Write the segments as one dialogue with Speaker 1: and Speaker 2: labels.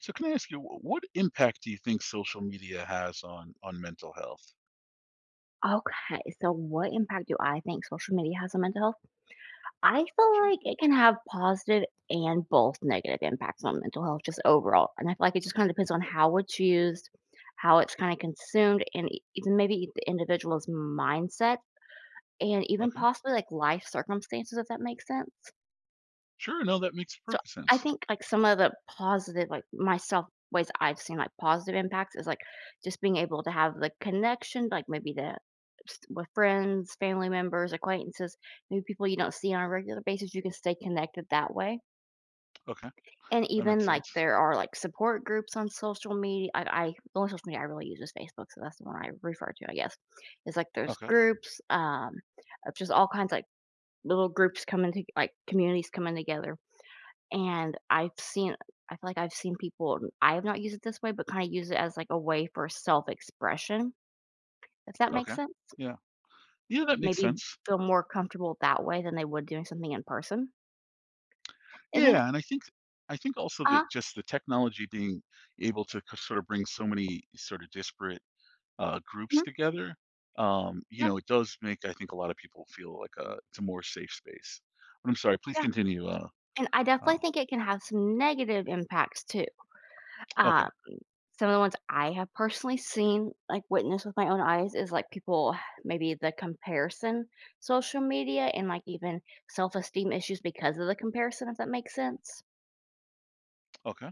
Speaker 1: So can I ask you, what impact do you think social media has on mental health?
Speaker 2: Okay, so what impact do I think social media has on mental health? I feel
Speaker 1: Sure.
Speaker 2: like it can have positive and both negative impacts on mental health, just overall. And I feel like it just kind of depends on how it's used, how it's kind of consumed, and even maybe the individual's mindset, and even
Speaker 1: Okay.
Speaker 2: possibly like life circumstances, if that makes sense.
Speaker 1: Sure. No, that makes
Speaker 2: So,
Speaker 1: perfect
Speaker 2: I
Speaker 1: sense.
Speaker 2: think, like, some of the positive like, myself, ways I've seen, like, positive impacts is, like, just being able to have the connection, like, maybe the s with friends, family members, acquaintances, maybe people you don't see on a regular basis, you can stay connected that way.
Speaker 1: Okay.
Speaker 2: And
Speaker 1: That
Speaker 2: even,
Speaker 1: makes
Speaker 2: like,
Speaker 1: sense.
Speaker 2: there are, like, support groups on social media I the only social media I really use is Facebook, so that's the one I refer to, I guess. It's, like, there's
Speaker 1: Okay.
Speaker 2: groups, of just all kinds, of like, little groups coming to like, communities coming together. And I've seen I feel like I've seen people I have not used it this way, but kinda use it as, like, a way for self-expression, if that makes
Speaker 1: Okay.
Speaker 2: sense.
Speaker 1: Yeah. Yeah, that makes
Speaker 2: Maybe
Speaker 1: sense.
Speaker 2: feel more comfortable that way than they would doing something in person. And then
Speaker 1: Yeah, and I think also
Speaker 2: uh
Speaker 1: that just the technology being able to sort of bring so many sort of disparate groups
Speaker 2: mhm,
Speaker 1: together, you
Speaker 2: yeah,
Speaker 1: know, it does make I think a lot of people feel like a it's a more safe space. But I'm sorry. Please
Speaker 2: yeah,
Speaker 1: continue.
Speaker 2: and I
Speaker 1: Uh,
Speaker 2: definitely think it can have some negative impacts too.
Speaker 1: okay.
Speaker 2: Uh, some of the ones I have personally seen, like, witnessed with my own eyes is, like, people maybe the comparison social media and, like, even self-esteem issues because of the comparison, if that makes sense.
Speaker 1: Okay.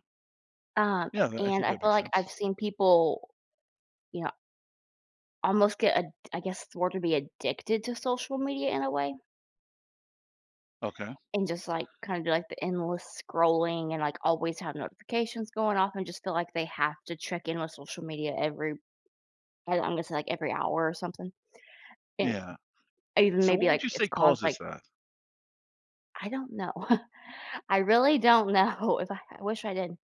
Speaker 2: Um,
Speaker 1: Yeah, I
Speaker 2: and
Speaker 1: think
Speaker 2: I
Speaker 1: that
Speaker 2: feel
Speaker 1: makes
Speaker 2: like I've
Speaker 1: sense.
Speaker 2: seen people, you know, almost get ad I guess the word would be addicted to social media in a way,
Speaker 1: Okay.
Speaker 2: and just, like, kinda do, like, the endless scrolling and, like, always have notifications going off and just feel like they have to check in with social media every I'm gonna say, like, every hour or something, and
Speaker 1: Yeah.
Speaker 2: even
Speaker 1: So
Speaker 2: maybe,
Speaker 1: what would
Speaker 2: like,
Speaker 1: you
Speaker 2: it's
Speaker 1: say
Speaker 2: caused, like
Speaker 1: causes that?
Speaker 2: I don't know. I really don't know if I wish I did,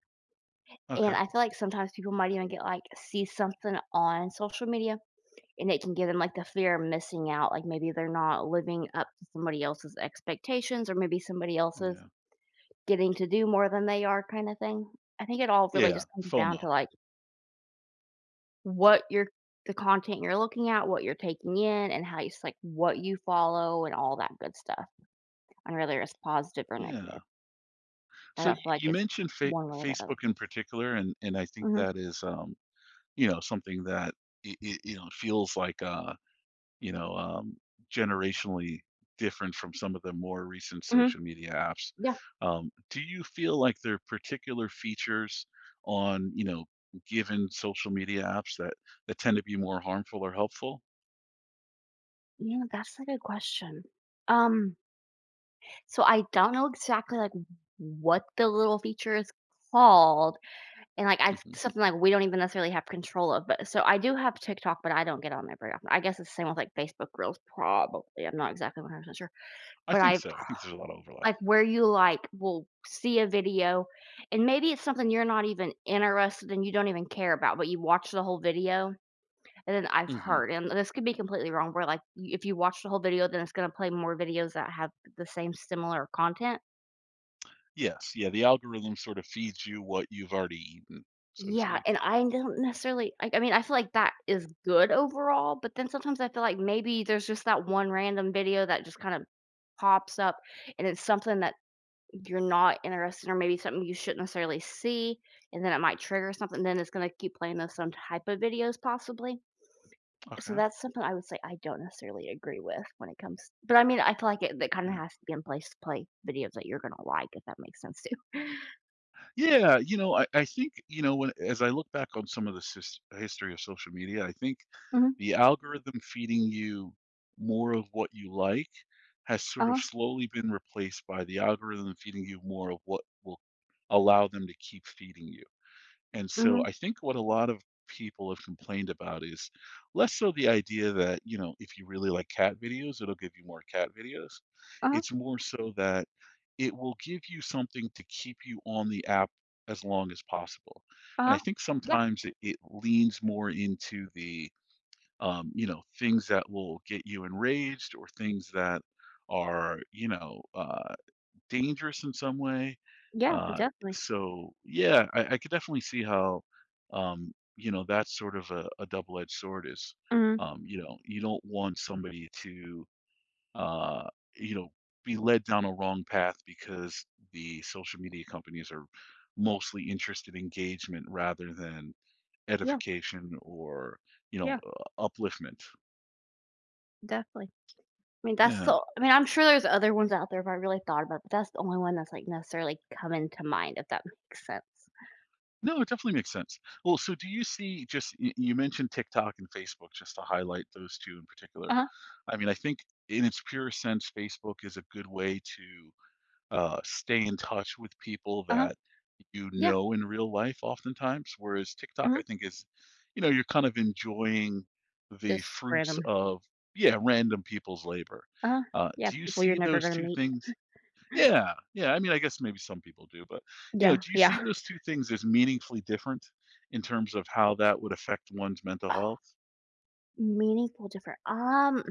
Speaker 2: and
Speaker 1: Okay.
Speaker 2: I feel like sometimes people might even get, like see something on social media and it can give them like the fear of missing out, like maybe they're not living up to somebody else's expectations or maybe somebody else is
Speaker 1: Yeah.
Speaker 2: getting to do more than they are kind of thing. I think it all really
Speaker 1: Yeah.
Speaker 2: just comes down
Speaker 1: FOMO.
Speaker 2: to like what you're the content you're looking at, what you're taking in and how you just like what you follow and all that good stuff, and whether it's positive or
Speaker 1: Yeah.
Speaker 2: negative. I
Speaker 1: So
Speaker 2: don't feel like
Speaker 1: you
Speaker 2: it's
Speaker 1: mentioned
Speaker 2: one way or the other.
Speaker 1: Facebook in particular, and I think
Speaker 2: Hmm.
Speaker 1: that is you know something that you know feels like you know generationally different from some of the more recent
Speaker 2: Hmm,
Speaker 1: social media apps.
Speaker 2: yeah,
Speaker 1: Do you feel like there are particular features on you know given social media apps that tend to be more harmful or helpful?
Speaker 2: yeah, that's a good question. um so I don't know exactly like what the little feature is called. And, like, I
Speaker 1: Hmm.
Speaker 2: something, like, we don't even necessarily have control of, but so I do have TikTok, but I don't get on there very often. I guess it's the same with, like, Facebook Reels, probably, I'm not exactly 100% sure,
Speaker 1: I
Speaker 2: but
Speaker 1: think
Speaker 2: I
Speaker 1: so. I think there's a lot of overlap.
Speaker 2: like, where you, like, will see a video, and maybe it's something you're not even interested in, you don't even care about, but you watch the whole video, and then I've
Speaker 1: Hmm.
Speaker 2: heard and this could be completely wrong, where, like, y if you watch the whole video, then it's gonna play more videos that have the same similar content.
Speaker 1: Yes. Yeah. The algorithm sort of feeds you what you've already eaten, so to
Speaker 2: Yeah,
Speaker 1: speak.
Speaker 2: and I don't necessarily like, I mean, I feel like that is good overall, but then sometimes I feel like maybe there's just that one random video that just kind of pops up and it's something that you're not interested in, or maybe something you shouldn't necessarily see, and then it might trigger something, then it's going to keep playing those some type of videos possibly. So
Speaker 1: Okay.
Speaker 2: that's something I would say I don't necessarily agree with when it comes, but I mean, I feel like it that kind of
Speaker 1: Yeah.
Speaker 2: has to be in place to play videos that you're going to like, if that makes sense too.
Speaker 1: Yeah. You know, I think, you know, when as I look back on some of the history of social media, I think
Speaker 2: Mhm.
Speaker 1: the algorithm feeding you more of what you like has sort of
Speaker 2: Uh-huh.
Speaker 1: slowly been replaced by the algorithm feeding you more of what will allow them to keep feeding you. And
Speaker 2: Mhm.
Speaker 1: so I think what a lot of people have complained about is less so the idea that, you know, if you really like cat videos, it'll give you more cat videos.
Speaker 2: Uh-huh.
Speaker 1: It's more so that it will give you something to keep you on the app as long as possible. And
Speaker 2: Uh-huh.
Speaker 1: I think
Speaker 2: Yeah.
Speaker 1: sometimes it leans more into you know, things that will get you enraged or things that are, you know, dangerous in some way.
Speaker 2: Yeah,
Speaker 1: Uh,
Speaker 2: definitely.
Speaker 1: so yeah, I could definitely see how you know that's sort of a double-edged sword is
Speaker 2: Mhm.
Speaker 1: you know you don't want somebody to uh, you know be led down a wrong path because the social media companies are mostly interested in engagement rather than
Speaker 2: Yeah,
Speaker 1: edification or you know
Speaker 2: yeah,
Speaker 1: upliftment.
Speaker 2: definitely. I mean, that's
Speaker 1: Yeah.
Speaker 2: so I mean, I'm sure there's other ones out there if I really thought about it, but that's the only one that's, like, necessarily coming to mind, if that makes sense.
Speaker 1: No, it definitely makes sense. Well, so do you see just you mentioned TikTok and Facebook just to highlight those two in particular.
Speaker 2: Uh-huh,
Speaker 1: I mean, I think in its pure sense, Facebook is a good way to stay in touch with people
Speaker 2: uh-huh.
Speaker 1: that you
Speaker 2: Yeah,
Speaker 1: know in real life oftentimes, whereas TikTok, I
Speaker 2: mhm.
Speaker 1: think, is, you know, you're kind of enjoying the
Speaker 2: Just
Speaker 1: fruits
Speaker 2: random.
Speaker 1: of, yeah, random people's labor.
Speaker 2: Uh-huh. Yeah,
Speaker 1: Do you
Speaker 2: people you're
Speaker 1: see
Speaker 2: never
Speaker 1: those
Speaker 2: gonna
Speaker 1: two
Speaker 2: meet.
Speaker 1: things yeah, yeah, I mean, I guess maybe some people do, but, you know,
Speaker 2: Yeah,
Speaker 1: do you
Speaker 2: yeah.
Speaker 1: see those two things as meaningfully different in terms of how that would affect one's mental health?
Speaker 2: Meaningful different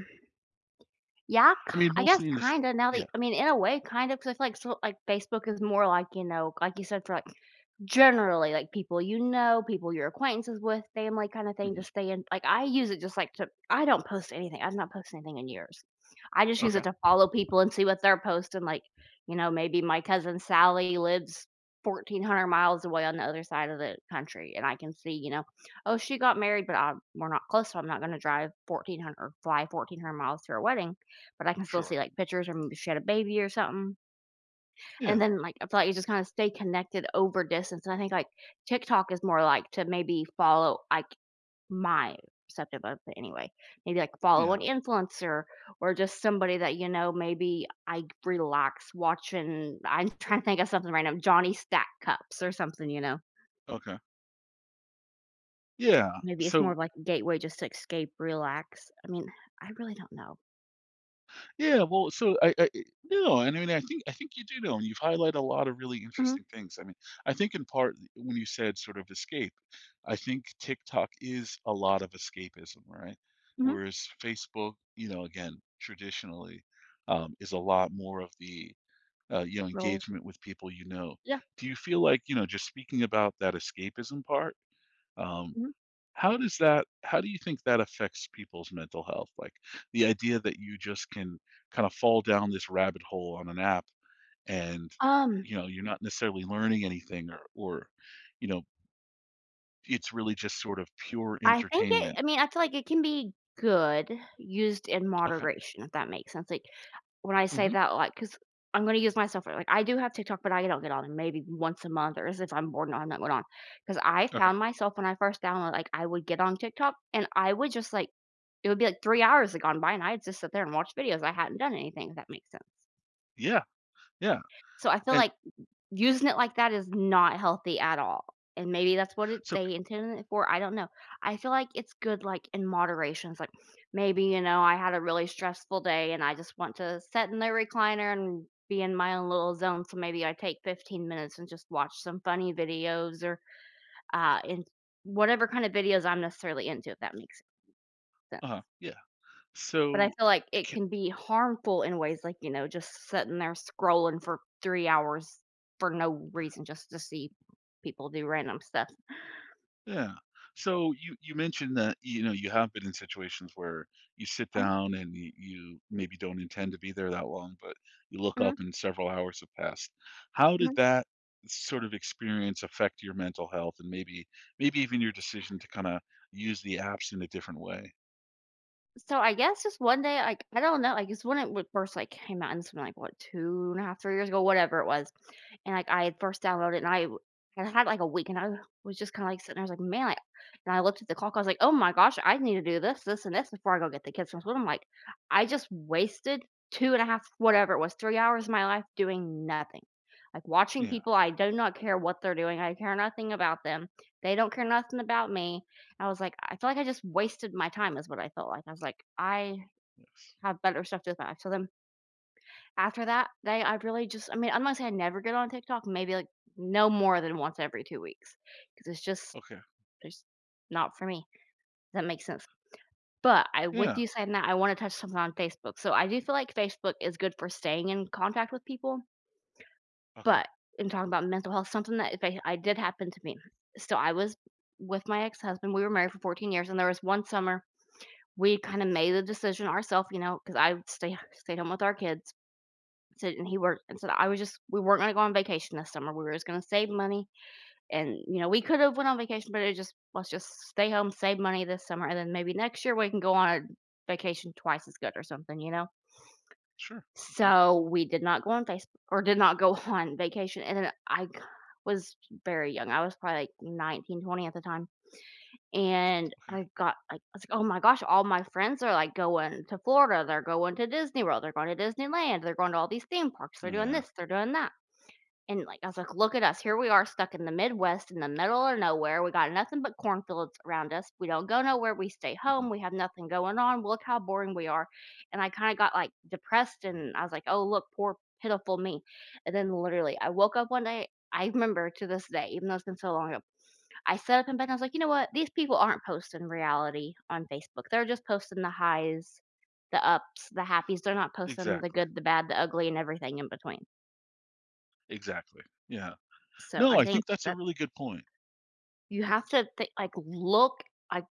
Speaker 2: yeah, k
Speaker 1: I mean,
Speaker 2: I guess
Speaker 1: mostly in this
Speaker 2: kinda now that you-
Speaker 1: yeah,
Speaker 2: I mean, in a way, kind of, because I feel like so like, Facebook is more like, you know, like you said, for, like generally, like, people you know, people your acquaintances with, family kinda thing to
Speaker 1: mhm,
Speaker 2: stay in like, I use it just, like, to I don't post anything, I've not posted anything in years. I just use it
Speaker 1: okay,
Speaker 2: to follow people and see what they're posting, like, you know, maybe my cousin Sally lives 1,400 miles away on the other side of the country, and I can see, you know, "Oh, she got married, but I we're not close, so I'm not gonna drive 1,400 or fly 1,400 miles to her wedding," but I can still
Speaker 1: sure.
Speaker 2: see, like, pictures or maybe she had a baby or something. And
Speaker 1: Yeah,
Speaker 2: then, like, I feel like you just kinda stay connected over distance, and I think, like, TikTok is more like to maybe follow, like my perceptive of it anyway, maybe, like, follow an
Speaker 1: yeah,
Speaker 2: influencer or just somebody that, you know, maybe I relax watching I'm trying to think of something right now, Johnny Stack Cups or something, you know?
Speaker 1: okay. Yeah,
Speaker 2: Maybe it's more
Speaker 1: so
Speaker 2: of like a gateway just to escape, relax. I mean, I really don't know.
Speaker 1: yeah, well, so I no, and I mean, I think you do know, and you've highlighted a lot of really
Speaker 2: Mhm,
Speaker 1: interesting things. I mean, I think in part when you said sort of escape, I think TikTok is a lot of escapism, right?
Speaker 2: mhm.
Speaker 1: Whereas Facebook, you know, again, traditionally, is a lot more of you know,
Speaker 2: Roll.
Speaker 1: engagement with people you know.
Speaker 2: Yeah,
Speaker 1: Do you feel like, you know, just speaking about that escapism part, um,
Speaker 2: mhm.
Speaker 1: how does that how do you think that affects people's mental health? Like, the idea that you just can kind of fall down this rabbit hole on an app and,
Speaker 2: Um
Speaker 1: you know, you're not necessarily learning anything or you know, it's really just sort of pure
Speaker 2: I think it
Speaker 1: entertainment.
Speaker 2: I mean, I feel like it can be good used in
Speaker 1: Okay.
Speaker 2: moderation, if that makes sense. Like, when I say
Speaker 1: Mhm.
Speaker 2: that, like, because I 'cause I'm gonna use myself, like, I do have TikTok, but I don't get on it maybe once a month or as if I'm bored and I'm not going on. Because I
Speaker 1: Okay.
Speaker 2: found myself when I first downloaded, like, I would get on TikTok and I would just, like it would be, like, 3 hours had gone by and I'd just sit there and watch videos. I hadn't done anything, if that makes sense.
Speaker 1: Yeah, yeah,
Speaker 2: So I feel
Speaker 1: and
Speaker 2: like using it like that is not healthy at all, and maybe that's what it
Speaker 1: so
Speaker 2: they intended it for, I don't know. I feel like it's good, like, in moderation, it's like, maybe, you know, I had a really stressful day and I just want to sit in the recliner and be in my own little zone, so maybe I take 15 minutes and just watch some funny videos or, in whatever kind of videos I'm necessarily into, if that makes sense.
Speaker 1: uh-huh, yeah.
Speaker 2: But I
Speaker 1: So,
Speaker 2: feel like it can be harmful in ways like, you know, just sitting there scrolling for 3 hours for no reason just to see people do random stuff.
Speaker 1: yeah. So you mentioned that, you know, you have been in situations where you sit
Speaker 2: Uh-huh,
Speaker 1: down and you maybe don't intend to be there that long, but you look
Speaker 2: mhm,
Speaker 1: up and several hours have passed. How did
Speaker 2: mhm.
Speaker 1: that sort of experience affect your mental health and maybe maybe even your decision to kind of use the apps in a different way?
Speaker 2: So, I guess just one day, like, I don't know, like, it's when it w first, like, came out, and it's like, what, 2 and a half, 3 years ago, whatever it was, and, like, I had first downloaded, and I w I had, like, a week, and I was just kinda, like, sitting there, I was like, "Man," like and I looked at the clock, I was like, "Oh my gosh, I need to do this, this, and this before I go get the kids from school," I'm like, "I just wasted 2 and a half, whatever it was, 3 hours of my life doing nothing." Like, watching
Speaker 1: Yeah.
Speaker 2: people, I do not care what they're doing, I care nothing about them, they don't care nothing about me, I was like, I feel like I just wasted my time is what I felt like. I was like, I have better stuff to do with my life. So then after that day, I really just, I mean, I'm not saying I never get on TikTok, maybe like no more than once every 2 weeks because it's just,
Speaker 1: Okay.
Speaker 2: there's not for me. That makes sense. But I, with
Speaker 1: Yeah.
Speaker 2: you saying that, I want to touch something on Facebook. So I do feel like Facebook is good for staying in contact with people.
Speaker 1: Okay.
Speaker 2: But in talking about mental health, something that if I, I did happen to me. So I was with my ex husband. We were married for 14 years, and there was one summer. We kinda made the decision ourselves, you know, because I stayed home with our kids, so and he worked, and so I was just we weren't gonna go on vacation this summer, we were just gonna save money, and, you know, we could have went on vacation, but it just let's just stay home, save money this summer, and then maybe next year we can go on a vacation twice as good or something, you know?
Speaker 1: Sure. Okay.
Speaker 2: So, we did not go on Face or did not go on vacation, and then I was very young, I was probably, like, 19, 20 at the time. And
Speaker 1: Okay.
Speaker 2: I got like, I was like, "Oh my gosh, all my friends are like going to Florida, they're going to Disney World, they're going to Disneyland, they're going to all these theme parks, they're doing
Speaker 1: Yeah.
Speaker 2: this, they're doing that." And like I was like, "Look at us. Here we are stuck in the Midwest in the middle of nowhere. We got nothing but cornfields around us. We don't go nowhere. We stay
Speaker 1: Hmm.
Speaker 2: home. We have nothing going on. Look how boring we are." And I kind of got like depressed
Speaker 1: Yeah.
Speaker 2: and I was like, "Oh, look, poor pitiful me." And then literally I woke up one day, I remember to this day, even though it's been so long, I set up in bed and I was like, "You know what? These people aren't posting reality on Facebook. They're just posting the highs, the ups, the happies. They're not posting the
Speaker 1: Exactly.
Speaker 2: good, the bad, the ugly, and everything in between."
Speaker 1: Exactly. Yeah.
Speaker 2: So
Speaker 1: No,
Speaker 2: I
Speaker 1: I
Speaker 2: think
Speaker 1: think that's a
Speaker 2: that
Speaker 1: really good point.
Speaker 2: you have to think like look like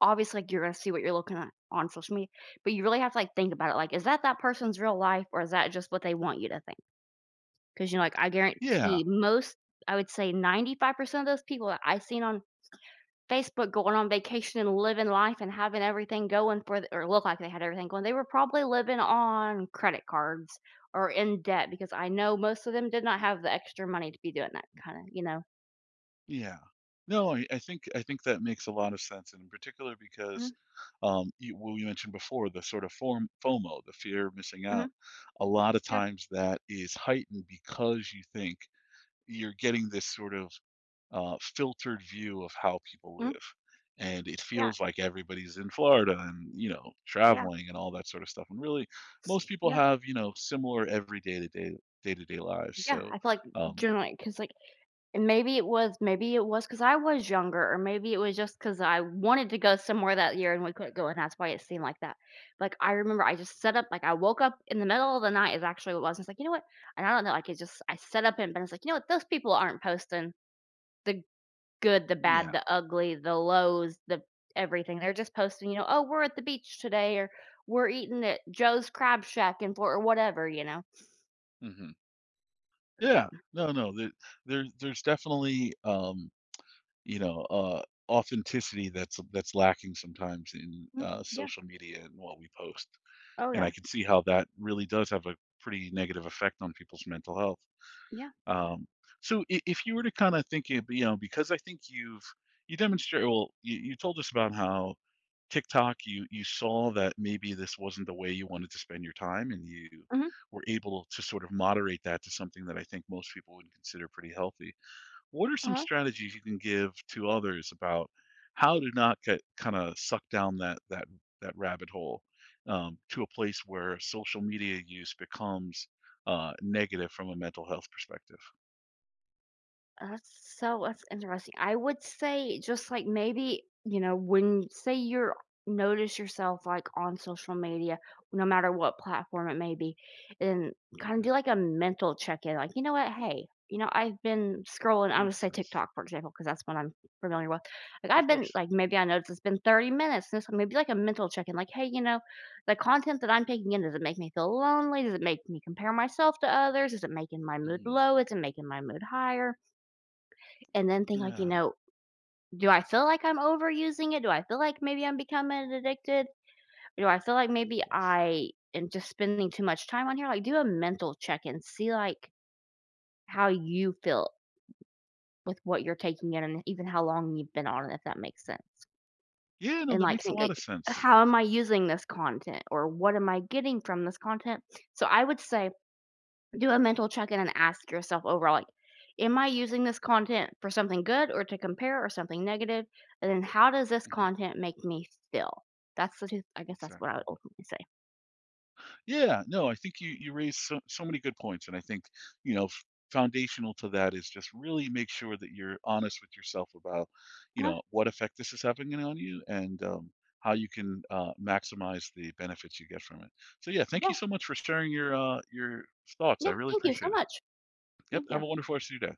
Speaker 2: obviously like you're gonna see what you're looking at on social media, but you really have to like think about it. Like, is that person's real life, or is that just what they want you to think? Because you know, like I
Speaker 1: Yeah.
Speaker 2: guarantee most, I would say 95% of those people that I've seen on Facebook going on vacation and living life and having everything going for th or look like they had everything going. They were probably living on credit cards or in debt because I know most of them did not have the extra money to be doing that kinda, you know?
Speaker 1: Yeah. No, I think that makes a lot of sense, and in particular
Speaker 2: Mhm,
Speaker 1: because, you, well, you mentioned before the sort of form FOMO, the fear of missing
Speaker 2: mhm,
Speaker 1: out. A lot of
Speaker 2: yeah,
Speaker 1: times that is heightened because you think you're getting this sort of filtered view of how people
Speaker 2: mhm,
Speaker 1: live, and it
Speaker 2: yeah,
Speaker 1: feels like everybody's in Florida and you know
Speaker 2: yeah,
Speaker 1: traveling and all that sort of stuff. And really, most people
Speaker 2: yeah,
Speaker 1: have you know similar everyday to day day to day lives.
Speaker 2: yeah. I
Speaker 1: So,
Speaker 2: feel like
Speaker 1: um,
Speaker 2: generally because like. And maybe it was, cause I was younger, or maybe it was just cause I wanted to go somewhere that year and we couldn't go, and that's why it seemed like that. Like, I remember I just set up like, I woke up in the middle of the night is actually what it was, I was like, "You know what?" And I don't know, like, it just I set up and but I like, "You know what? Those people aren't posting the good, the bad,
Speaker 1: yeah.
Speaker 2: the ugly, the lows, the everything. They're just posting, you know. 'Oh, we're at the beach today,' or 'We're eating at Joe's Crab Shack in Fort' or whatever, you know?"
Speaker 1: Hmm. Yeah.
Speaker 2: So,
Speaker 1: No, there's definitely, you know, authenticity that's lacking sometimes in,
Speaker 2: mhm, yeah.
Speaker 1: social media and what we post,
Speaker 2: Oh,
Speaker 1: and I
Speaker 2: yeah.
Speaker 1: can see how that really does have a pretty negative effect on people's mental health.
Speaker 2: Yeah.
Speaker 1: Um, so I if you were to kinda think it you know, because I think you've you demonstrate well, you told us about how TikTok, you saw that maybe this wasn't the way you wanted to spend your time, and you
Speaker 2: Mhm.
Speaker 1: were able to sort of moderate that to something that I think most people would consider pretty healthy. What are some
Speaker 2: Uh-huh.
Speaker 1: strategies you can give to others about how to not get kind of sucked down that rabbit hole to a place where social media use becomes negative from a mental health perspective?
Speaker 2: That's So that's interesting. I would say just like maybe, you know, when say you're notice yourself like on social media, no matter what platform it may be, and kind of
Speaker 1: Okay,
Speaker 2: do like a mental check-in. Like, you know what? Hey, you know, I've been scrolling, I'm
Speaker 1: that
Speaker 2: gonna
Speaker 1: makes
Speaker 2: say
Speaker 1: sense.
Speaker 2: TikTok, for example, because that's what I'm familiar with. Like
Speaker 1: Of
Speaker 2: I've been
Speaker 1: course.
Speaker 2: like maybe I noticed it's been 30 minutes and this maybe like a mental check-in, like, hey, you know, the content that I'm taking in, does it make me feel lonely? Does it make me compare myself to others? Is it making my mood
Speaker 1: Mhm.
Speaker 2: low? Is it making my mood higher? And then think like, you
Speaker 1: Yeah.
Speaker 2: know, do I feel like I'm overusing it? Do I feel like maybe I'm becoming addicted? Do I feel like maybe
Speaker 1: Yes.
Speaker 2: I am just spending too much time on here? Like do a mental check and see like how you feel with what you're taking in and even how long you've been on it, if that makes sense.
Speaker 1: Yeah. No,
Speaker 2: And
Speaker 1: that
Speaker 2: like
Speaker 1: makes a
Speaker 2: think
Speaker 1: lot of
Speaker 2: like
Speaker 1: sense.
Speaker 2: how am I using this content or what am I getting from this content? So I would say do a mental check in and ask yourself overall like am I using this content for something good or to compare or something negative? And then how does this
Speaker 1: Hmm.
Speaker 2: content make me feel? That's the two, I guess that's what I would
Speaker 1: Exactly.
Speaker 2: ultimately say.
Speaker 1: Yeah, no, I think you you raised so, so many good points, and I think you know foundational to that is just really make sure that you're honest with yourself about you
Speaker 2: Uh-huh.
Speaker 1: know what effect this is having on you and how you can maximize the benefits you get from it. So yeah, thank
Speaker 2: Yeah,
Speaker 1: you so much for sharing your thoughts. I
Speaker 2: yeah,
Speaker 1: really
Speaker 2: thank you so
Speaker 1: appreciate it.
Speaker 2: much.
Speaker 1: Yep,
Speaker 2: Thank you.
Speaker 1: have a wonderful rest of your day.